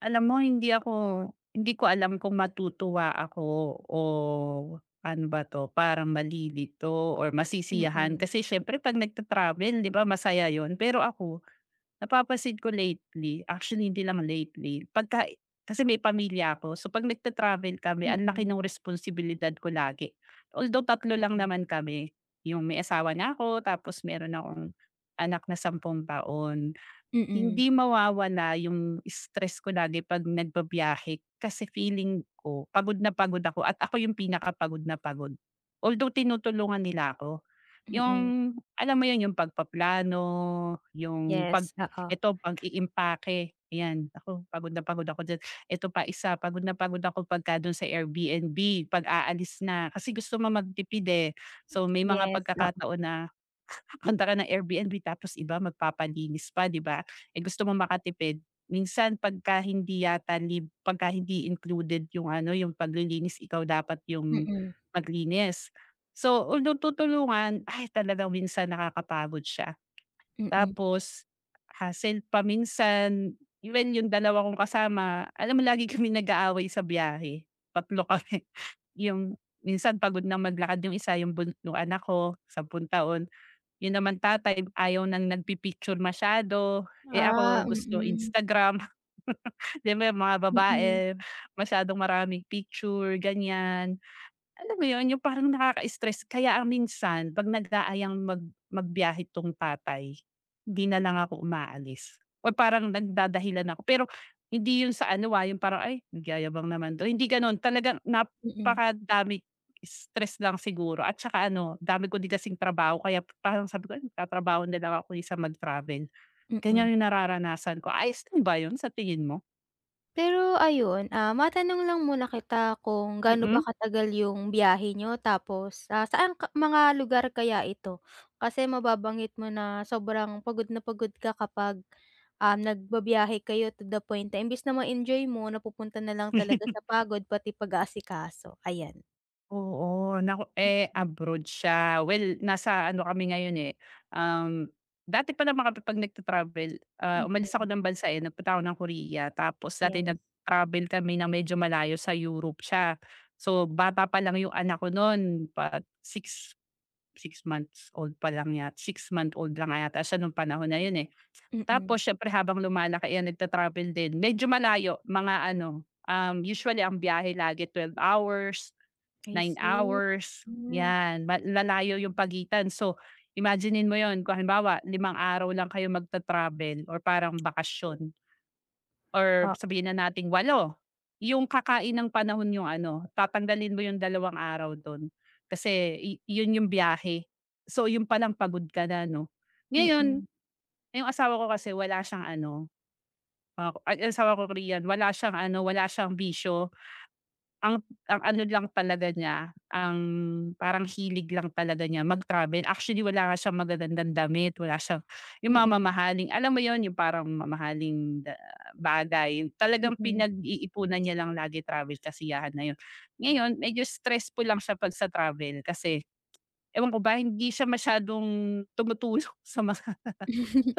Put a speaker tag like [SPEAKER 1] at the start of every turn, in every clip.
[SPEAKER 1] Alam mo, hindi ko alam kung matutuwa ako o ano ba 'to, parang malilito or masisiyahan
[SPEAKER 2] Mm,
[SPEAKER 1] kasi siyempre 'pag nagta-travel 'di ba masaya yon. Pero ako napapasid ko lately, actually hindi lang lately, kasi may pamilya ako. So 'pag nagta-travel kami ang laki
[SPEAKER 2] mm,
[SPEAKER 1] ng responsibilidad ko lagi. Although tatlo lang
[SPEAKER 2] mm,
[SPEAKER 1] naman kami, yung may asawa na ako tapos meron akong anak na 10 taon.
[SPEAKER 2] mm,
[SPEAKER 1] Hindi mawawala yung stress ko lagi 'pag nagbibiyahe kasi feeling ko pagod na pagod ako at ako yung pinakapagod na pagod. Although tinutulungan nila ako, yung
[SPEAKER 2] mm.
[SPEAKER 1] alam mo yun, yung pagpaplano, yung 'pag
[SPEAKER 2] Yes, oo.
[SPEAKER 1] eto pag-iimpake, yan ako pagod na pagod ako diyan. Eto pa isa, pagod na pagod ako pagka dun sa Airbnb 'pag aalis na, kasi gusto mo magtipid, eh. So, may mga
[SPEAKER 2] Yes, oo.
[SPEAKER 1] pagkakataon na punta ka ng Airbnb tapos iba magpapalinis pa, 'di ba? Eh, gusto mo makatipid, minsan pagka hindi yata lib pagka hindi included yung ano, yung paglilinis, ikaw dapat yung
[SPEAKER 2] Mm,
[SPEAKER 1] maglinis. So, although tutulungan, ay talagang minsan nakakapagod siya.
[SPEAKER 2] mm.
[SPEAKER 1] Tapos hassle pa minsan, even yung dalawa kong kasama, alam mo lagi kami nag-aaway sa biyahe, 3 kami. Yung minsan pagod na maglakad yung isa, yung anak ko, 10 taon. Yun naman tatay ayaw ng nagpi-picture masyado, eh,
[SPEAKER 2] Ah,
[SPEAKER 1] ako gusto
[SPEAKER 2] mm,
[SPEAKER 1] Instagram. 'Di ba mga babae
[SPEAKER 2] mm,
[SPEAKER 1] masyadong maraming picture, ganyan. Alam mo 'yun, yung parang nakaka-stress kaya ang minsan 'pag nag-aayang magbiyahe 'tong tatay, hindi na lang ako umaalis o parang nagdadahilan ako. Pero hindi 'yun sa ano, yung parang, "Ay, nagyayabang naman 'to," hindi gano'n. Talagang
[SPEAKER 2] mm,
[SPEAKER 1] napakadami stress lang siguro at saka ano, dami ko din kasing trabaho kaya parang sabi ko, "Ay, magtatrabaho na lang ako sa mag-travel."
[SPEAKER 2] mm.
[SPEAKER 1] Ganiyan yung nararanasan ko. Ayos din ba 'yun sa tingin mo?
[SPEAKER 2] Pero ayun, ah, matanong lang muna kita kung gaano ba
[SPEAKER 1] Mm.
[SPEAKER 2] katagal yung biyahe niyo tapos, ah, saan ka mga lugar kaya ito? Kasi mababanggit mo na sobrang pagod na pagod ka kapag, nagbabiyahe kayo to the point na imbes na ma-enjoy mo napupunta na lang talaga sa pagod pati pag-aasikaso, ayan.
[SPEAKER 1] Oo, naku
[SPEAKER 2] Mm.
[SPEAKER 1] eh, abroad siya. Well, nasa ano kami ngayon, eh, um, dati pa naman kami 'pag nagta-travel, ah, umalis ako
[SPEAKER 2] Mm,
[SPEAKER 1] ng bansa, eh, nagpunta ako ng Korea. Tapos
[SPEAKER 2] yes.
[SPEAKER 1] dati nag-travel kami na medyo malayo, sa Europe siya. So, bata pa lang yung anak ko nun, pa six six months old pa lang yat 6 month old lang yata siya nung panahon na yun, eh.
[SPEAKER 2] Mm,
[SPEAKER 1] Tapos siyempre habang lumalaki yan nagta-travel din, medyo malayo, mga ano, usually ang biyahe lagi 12 hours,
[SPEAKER 2] I
[SPEAKER 1] nine
[SPEAKER 2] see.
[SPEAKER 1] hours,
[SPEAKER 2] Hmm,
[SPEAKER 1] 'yan, lalayo yung pagitan. So, imaginein mo yon, kung halimbawa 5 araw lang kayo magta-travel or parang bakasyon or
[SPEAKER 2] O
[SPEAKER 1] sabihin na nating 8, yung kakain ng panahon yung ano, tatanggalin mo yung 2 araw dun kasi yun yung biyahe. So, yun palang pagod ka na 'no.
[SPEAKER 2] mm,
[SPEAKER 1] Ngayon,
[SPEAKER 2] mm,
[SPEAKER 1] yung asawa ko kasi wala siyang ano, ang asawa ko Korean, wala siyang ano, wala siyang bisyo. Ang ano lang talaga niya, ang parang hilig lang talaga niya mag-travel. Actually, wala nga siyang magagandang damit, wala siyang yung mga
[SPEAKER 2] mm.
[SPEAKER 1] mamahaling alam mo yun, yung parang mamahaling bagay. Talagang pinag-iipunan niya lang lagi travel, kasiyahan na yun. Ngayon, medyo stressful lang siya 'pag sa travel kasi ewan ko ba, hindi siya masyadong tumutulong sa mga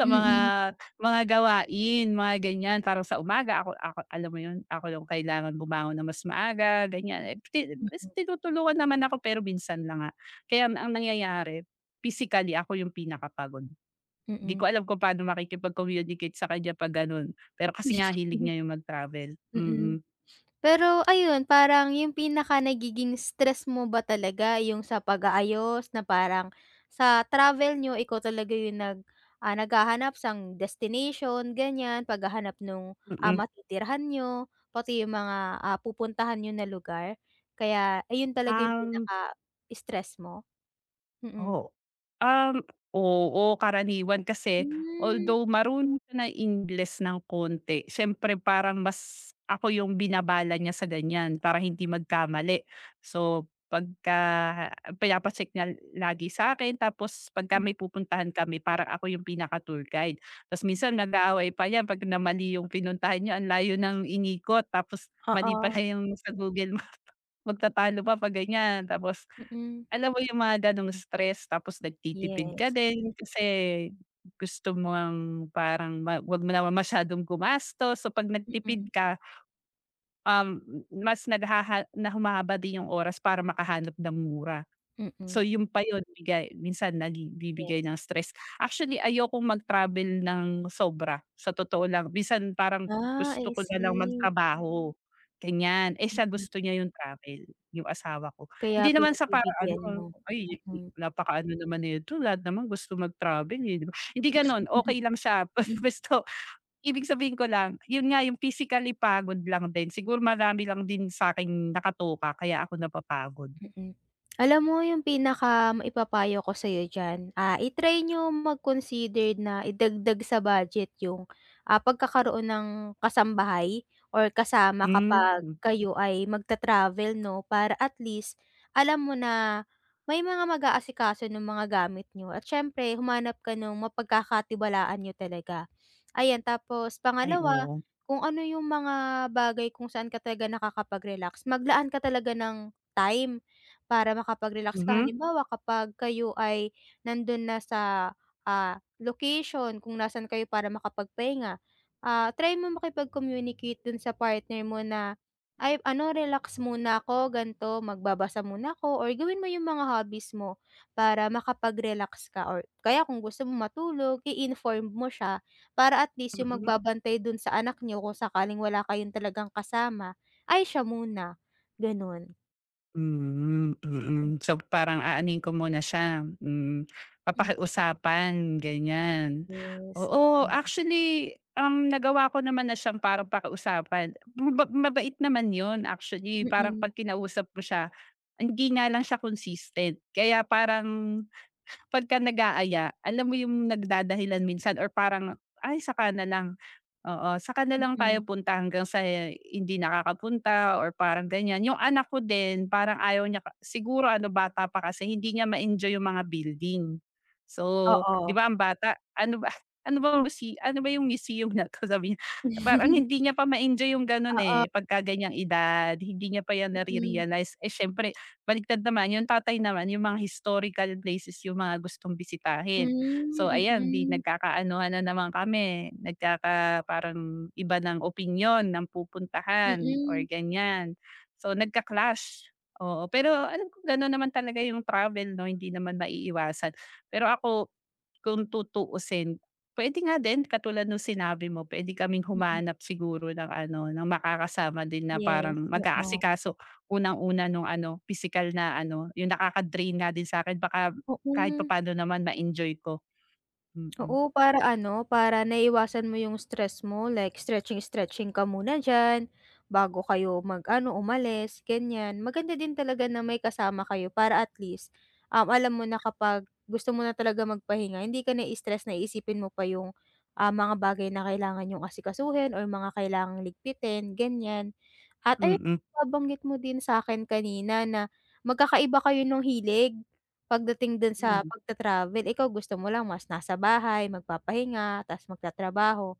[SPEAKER 1] sa mga mga gawain, mga ganyan. Parang sa umaga ako ako alam mo yun, ako yung kailangan bumangon na mas maaga, ganyan. Eh, mas
[SPEAKER 2] Mm,
[SPEAKER 1] tinutulungan naman ako pero minsan lang nga. Kaya ang nangyayari, physically ako yung pinakapagod.
[SPEAKER 2] mm,
[SPEAKER 1] Hindi
[SPEAKER 2] mm.
[SPEAKER 1] ko alam kung paano makikipag-communicate sa kanya 'pag gano'n. Pero kasi nga hilig niya yung mag-travel.
[SPEAKER 2] Mm.
[SPEAKER 1] Mm,
[SPEAKER 2] Pero ayun, parang yung pinaka nagiging stress mo ba talaga yung sa pag-aayos na parang sa travel nyo ikaw talaga yung nag, ah, naghahanap sang destination ganyan, paghahanap nung, ah,
[SPEAKER 1] mm.
[SPEAKER 2] matitirhan niyo, pati yung mga, ah, pupuntahan nyo na lugar? Kaya ayun talaga yung
[SPEAKER 1] Um.
[SPEAKER 2] pinaka-stress mo? Mm-mm.
[SPEAKER 1] Oo. Um, oo, karaniwan kasi
[SPEAKER 2] Mm.
[SPEAKER 1] although marunong siya ng Ingles ng konti, siyempre parang mas ako yung binabala niya sa ganyan para hindi magkamali. So, pagka pinapa-check niya lagi sa akin, tapos pagka
[SPEAKER 2] Hmm,
[SPEAKER 1] may pupuntahan kami parang ako yung pinaka-tour guide. Tapos minsan nag-aaway pa yan 'pag namali yung pinuntahan niya, ang layo ng inikot tapos mali
[SPEAKER 2] oo,
[SPEAKER 1] pala yung sa Google Map, magtatalo pa 'pag ganyan. Tapos
[SPEAKER 2] mm.
[SPEAKER 1] alam mo yung mga ganong stress tapos nagtitipid ka
[SPEAKER 2] Yes,
[SPEAKER 1] din kasi gusto mo ang parang ma wag mo naman masyadong gumastos. So, 'pag nagtipid
[SPEAKER 2] mm,
[SPEAKER 1] ka, um, mas naghaha na humahaba din yung oras para makahanap ng mura. So,
[SPEAKER 2] mm,
[SPEAKER 1] yung pa yun bigay minsan nagbibigay
[SPEAKER 2] yes.
[SPEAKER 1] ng stress. Actually, ayokong mag-travel ng sobra, sa totoo lang. Minsan parang
[SPEAKER 2] Ah,
[SPEAKER 1] gusto
[SPEAKER 2] I
[SPEAKER 1] ko na lang
[SPEAKER 2] see.
[SPEAKER 1] magtrabaho, ganyan. Eh, siya
[SPEAKER 2] Mm.
[SPEAKER 1] gusto niya yung travel, yung asawa ko.
[SPEAKER 2] Kaya
[SPEAKER 1] Hindi naman sa para
[SPEAKER 2] pinagbibigyan mo,
[SPEAKER 1] ano, "Ay, napakaano naman nito, lahat naman gusto mag-travel, eh," 'di ba? Hindi gano'n,
[SPEAKER 2] mm.
[SPEAKER 1] okey lang siya basta ibig sabihin ko lang, yun nga yung physically pagod lang din. Siguro marami lang din sa akin nakatoka kaya ako napapagod.
[SPEAKER 2] Mm. Alam mo yung pinaka maipapayo ko sa'yo diyan, ah, i-try niyo mag-consider na idagdag sa budget yung, ah, pagkakaroon ng kasambahay or kasama kapag
[SPEAKER 1] Hmm.
[SPEAKER 2] kayo ay magta-travel 'no, para at least alam mo na may mga mag-aasikaso nung mga gamit niyo at siyempre humanap ka nung mapagkakatiwalaan niyo talaga. Ayan, tapos
[SPEAKER 1] Ay,
[SPEAKER 2] pangalawa,
[SPEAKER 1] oo.
[SPEAKER 2] kung ano yung mga bagay kung saan ka talaga nakakapag-relax, maglaan ka talaga ng time para makapag-relax ka.
[SPEAKER 1] Mhm,
[SPEAKER 2] Halimbawa, kapag kayo ay nandun na sa, ah, location kung nasan kayo para makapagpahinga, ah, try mo makipag-communicate dun sa partner mo na, "Ay ano, relax muna ako, gan'to, magbabasa muna ako," or gawin mo yung mga hobbies mo para makapag-relax ka or kaya kung gusto mo matulog, i-inform mo siya para at least yung
[SPEAKER 1] mm.
[SPEAKER 2] magbabantay dun sa anak niyo kung sakaling wala kayong talagang kasama, ay siya muna, ganun.
[SPEAKER 1] Hmm, mm. So, parang aanuhin ko muna siya, hmm,
[SPEAKER 2] Mm.
[SPEAKER 1] papakiusapan, ganyan.
[SPEAKER 2] Yes.
[SPEAKER 1] Oo, actually, nagawa ko naman na siyang parang pakiusapan. Mabait naman 'yun actually, parang
[SPEAKER 2] Mm,
[SPEAKER 1] 'pag kinausap ko siya, hindi nga lang siya consistent. Kaya parang pagka nag-aaya, alam mo yung nagdadahilan minsan or parang, "Ay saka na lang." Oo, saka na lang tayo
[SPEAKER 2] mm.
[SPEAKER 1] punta hanggang sa hindi nakakapunta or parang ganyan. Yung anak ko din parang ayaw niya ka siguro ano bata pa kasi hindi niya ma-enjoy yung mga building. So, 'di
[SPEAKER 2] Oo,
[SPEAKER 1] ba ang bata, ano ba ano ba musi ano ba yung museum na 'to sabi niya. Parang hindi niya pa ma-enjoy yung gano'n, eh,
[SPEAKER 2] oo,
[SPEAKER 1] pagka ganyang edad, hindi niya pa yan
[SPEAKER 2] mm.
[SPEAKER 1] nare-realize. Eh, siyempre baligtad naman, yung tatay naman yung mga historical places yung mga gustong
[SPEAKER 2] Hmm,
[SPEAKER 1] bisitahin. So
[SPEAKER 2] mm,
[SPEAKER 1] ayan, 'di
[SPEAKER 2] mm.
[SPEAKER 1] nagkakaanuhan na naman kami, nagkaka parang iba ng opinyon ng pupuntahan or ganyan so nagka-clash, oo. Pero alam kong gano'n naman talaga yung travel 'no, hindi naman maiiwasan. Pero ako, kung tutuusin, puwede nga din katulad nung sinabi mo, puwede kaming
[SPEAKER 2] Mm.
[SPEAKER 1] humanap siguro ng ano, ng makakasama din na parang
[SPEAKER 2] Yes, oo.
[SPEAKER 1] mag-aasikaso unang-una nung ano, pisikal na ano, yung nakaka-drain nga din sa'kin baka kahit
[SPEAKER 2] Oo.
[SPEAKER 1] papaano naman ma-enjoy ko. Mm.
[SPEAKER 2] Oo, para ano, para naiwasan mo yung stress mo, like stretching-stretching ka muna diyan, bago kayo mag-ano, umalis, ganyan. Maganda din talaga na may kasama kayo para at least, alam mo na kapag gusto mo na talaga magpahinga, hindi ka nai-stress na iisipin mo pa yung, ah, mga bagay na kailangan yung asikasuhin or mga kailangang ligpitin, ganyan. At ayun,
[SPEAKER 1] Mm,
[SPEAKER 2] nabanggit mo din sa akin kanina na magkakaiba kayo ng hilig. Pagdating dun sa
[SPEAKER 1] mm,
[SPEAKER 2] pagta-travel, ikaw gusto mo lang mas nasa bahay, magpapahinga, tas magtatrabaho.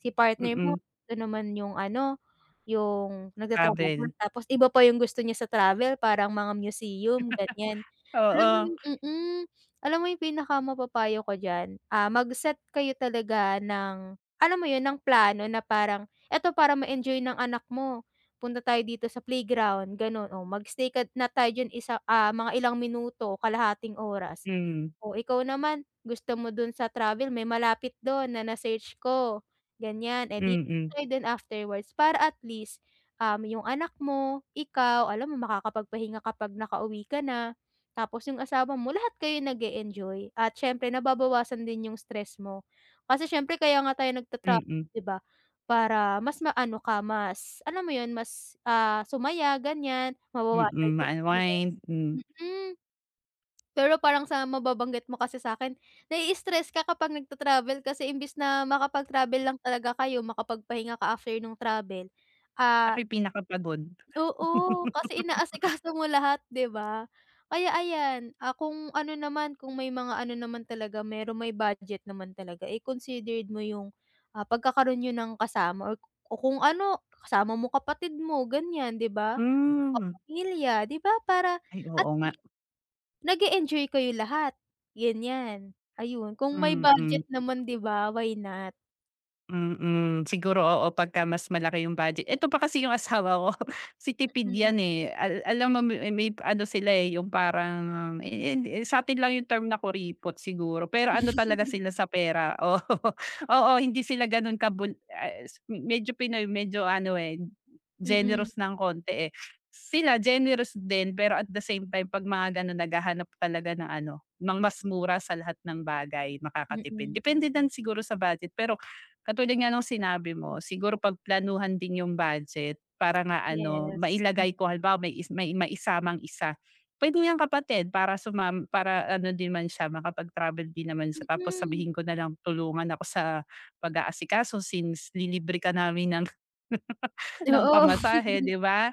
[SPEAKER 2] Si partner mo
[SPEAKER 1] mm.
[SPEAKER 2] gusto naman yung ano, yung nagtatrabaho.
[SPEAKER 1] Travel,
[SPEAKER 2] Tapos iba pa yung gusto niya sa travel parang mga museum, ganyan. Alam mo
[SPEAKER 1] oo.
[SPEAKER 2] yung mm, alam mo yung pinakamapapayo ko diyan, ah, mag-set kayo talaga ng alam mo yun, ng plano na parang, "Eto para ma-enjoy ng anak mo." Punta tayo dito sa playground, gano'n. O magstay ka na tayo diyan isa ah, mga ilang minuto, kalahating oras.
[SPEAKER 1] Hmm,
[SPEAKER 2] O ikaw naman, gusto mo dun sa travel may malapit dun na na-search ko, ganyan. Eh, di
[SPEAKER 1] mm,
[SPEAKER 2] tayo dun afterwards para at least, yung anak mo, ikaw, alam mo makakapagpahinga kapag nakauwi ka na. Tapos yung asawa mo, lahat kayo nag enjoy at siyempre nababawasan din yung stress mo. Kasi siyempre kaya nga tayo
[SPEAKER 1] mm,
[SPEAKER 2] nagta-travel,
[SPEAKER 1] mm.
[SPEAKER 2] 'di ba? Para mas maano ka, mas alam mo 'yun, mas, ah, sumaya ganiyan, mabawasan yung stress.
[SPEAKER 1] Ma-unwind, hmm.
[SPEAKER 2] Mm, pero parang sa mababanggit mo kasi sa'kin, nai-stress ka kapag nagta-travel kasi imbes na makapag-travel lang talaga kayo, makapagpahinga ka after nung travel, ah.
[SPEAKER 1] Ako'y pinakapagod.
[SPEAKER 2] Oo, kasi inaasikaso mo lahat, 'di ba? Kaya ayan, ah, kung ano naman, kung may mga ano naman talaga merong may budget naman talaga, eh, considered mo yung, ah, pagkakaroon niyo ng kasama or o kung ano, kasama mo kapatid mo, ganyan, 'di ba?
[SPEAKER 1] Hmm.
[SPEAKER 2] Kapamilya, 'di ba? Para
[SPEAKER 1] Ay,
[SPEAKER 2] at
[SPEAKER 1] oo nga.
[SPEAKER 2] least nag enjoy kayo lahat, ganyan. Ayun, kung may
[SPEAKER 1] Mm.
[SPEAKER 2] budget naman, 'di ba, why not?
[SPEAKER 1] Mm, siguro oo, pagka mas malaki yung budget. Eto pa kasi yung asawa ko, kasi tipid
[SPEAKER 2] Mm.
[SPEAKER 1] yan, eh. Alam mo may ano sila, eh, yung parang sa'tin lang yung term na kuripot siguro, pero ano talaga sila sa pera, oo. Oo, hindi sila ganun kabul medyo Pinoy, medyo ano, eh,
[SPEAKER 2] Mm.
[SPEAKER 1] generous ng konti, eh. Sila generous din, pero at the same time 'pag mga ganun naghahanap talaga ng ano, ng mas mura sa lahat ng bagay, makakatipid.
[SPEAKER 2] Mm,
[SPEAKER 1] Depende din siguro sa budget, pero katulad nga nung sinabi mo, siguro pagplanuhan din yung budget para nga ano,
[SPEAKER 2] yes.
[SPEAKER 1] mailagay ko halimbawa may maisamang isa. Puwede niyang kapatid para sumam para ano din man siya, makapag-travel din naman siya tapos
[SPEAKER 2] Mm.
[SPEAKER 1] sabihin ko na lang, "Tulungan ako sa pag-aasikaso since lilibre ka namin ng ng
[SPEAKER 2] Oo.
[SPEAKER 1] pamasahe," 'di ba?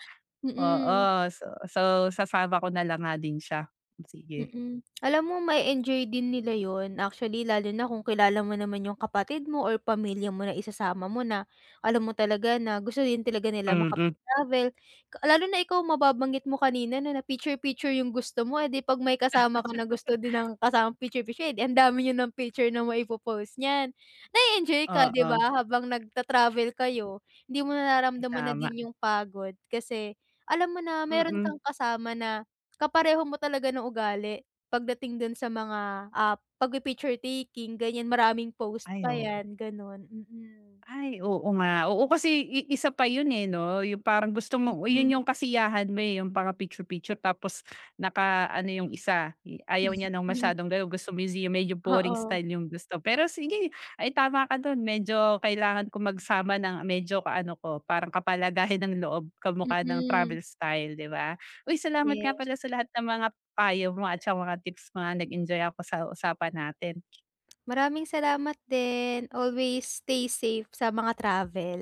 [SPEAKER 1] Oo,
[SPEAKER 2] Mm.
[SPEAKER 1] so sasama ko na lang nga din siya. Sige.
[SPEAKER 2] Mm. Alam mo may enjoy din nila yon. Actually, lalo na kung kilala mo naman yung kapatid mo or pamilya mo na isasama mo na alam mo talaga na gusto din talaga nila
[SPEAKER 1] Mm,
[SPEAKER 2] makapag-travel. K- Lalo na ikaw mababanggit mo kanina no, na na-picture-picture yung gusto mo, eh, 'di 'pag may kasama ka na gusto din ng kasama picture-picture, eh, 'di ang dami niyo ng picture na maipo-post niyan. Na enjoy ka, 'di
[SPEAKER 1] oo.
[SPEAKER 2] ba, habang nagta-travel kayo, hindi mo
[SPEAKER 1] Ay
[SPEAKER 2] nararamdaman na
[SPEAKER 1] tama.
[SPEAKER 2] din yung pagod kasi alam mo na meron
[SPEAKER 1] Mm.
[SPEAKER 2] kang kasama na kapareho mo talaga ng ugali pagdating dun sa mga, ah, pagpi-picture taking ganyan, maraming post
[SPEAKER 1] Ay,
[SPEAKER 2] pa
[SPEAKER 1] oo.
[SPEAKER 2] yan gano'n, mm.
[SPEAKER 1] Ay, oo nga. Oo, kasi i isa pa yun, eh, 'no, yung parang gusto mo yun yung kasiyahan mo, eh, yung mga picture-picture tapos naka ano yung isa, ayaw niya ng
[SPEAKER 2] Mm.
[SPEAKER 1] masyadong gano'n, gusto mo yung medyo boring
[SPEAKER 2] Oo,
[SPEAKER 1] style yung gusto. Pero sige, ay tama ka dun, medyo kailangan ko magsama ng medyo ka-ano ko, parang kapalagayan ng loob, kamukha ng
[SPEAKER 2] mm,
[SPEAKER 1] travel style, 'di ba? Uy, salamat nga
[SPEAKER 2] yes.
[SPEAKER 1] pala sa lahat ng mga payo mo at sa mga tips mo, ah, nag-enjoy ako sa usapan natin.
[SPEAKER 2] Maraming salamat din, always stay safe sa mga travel.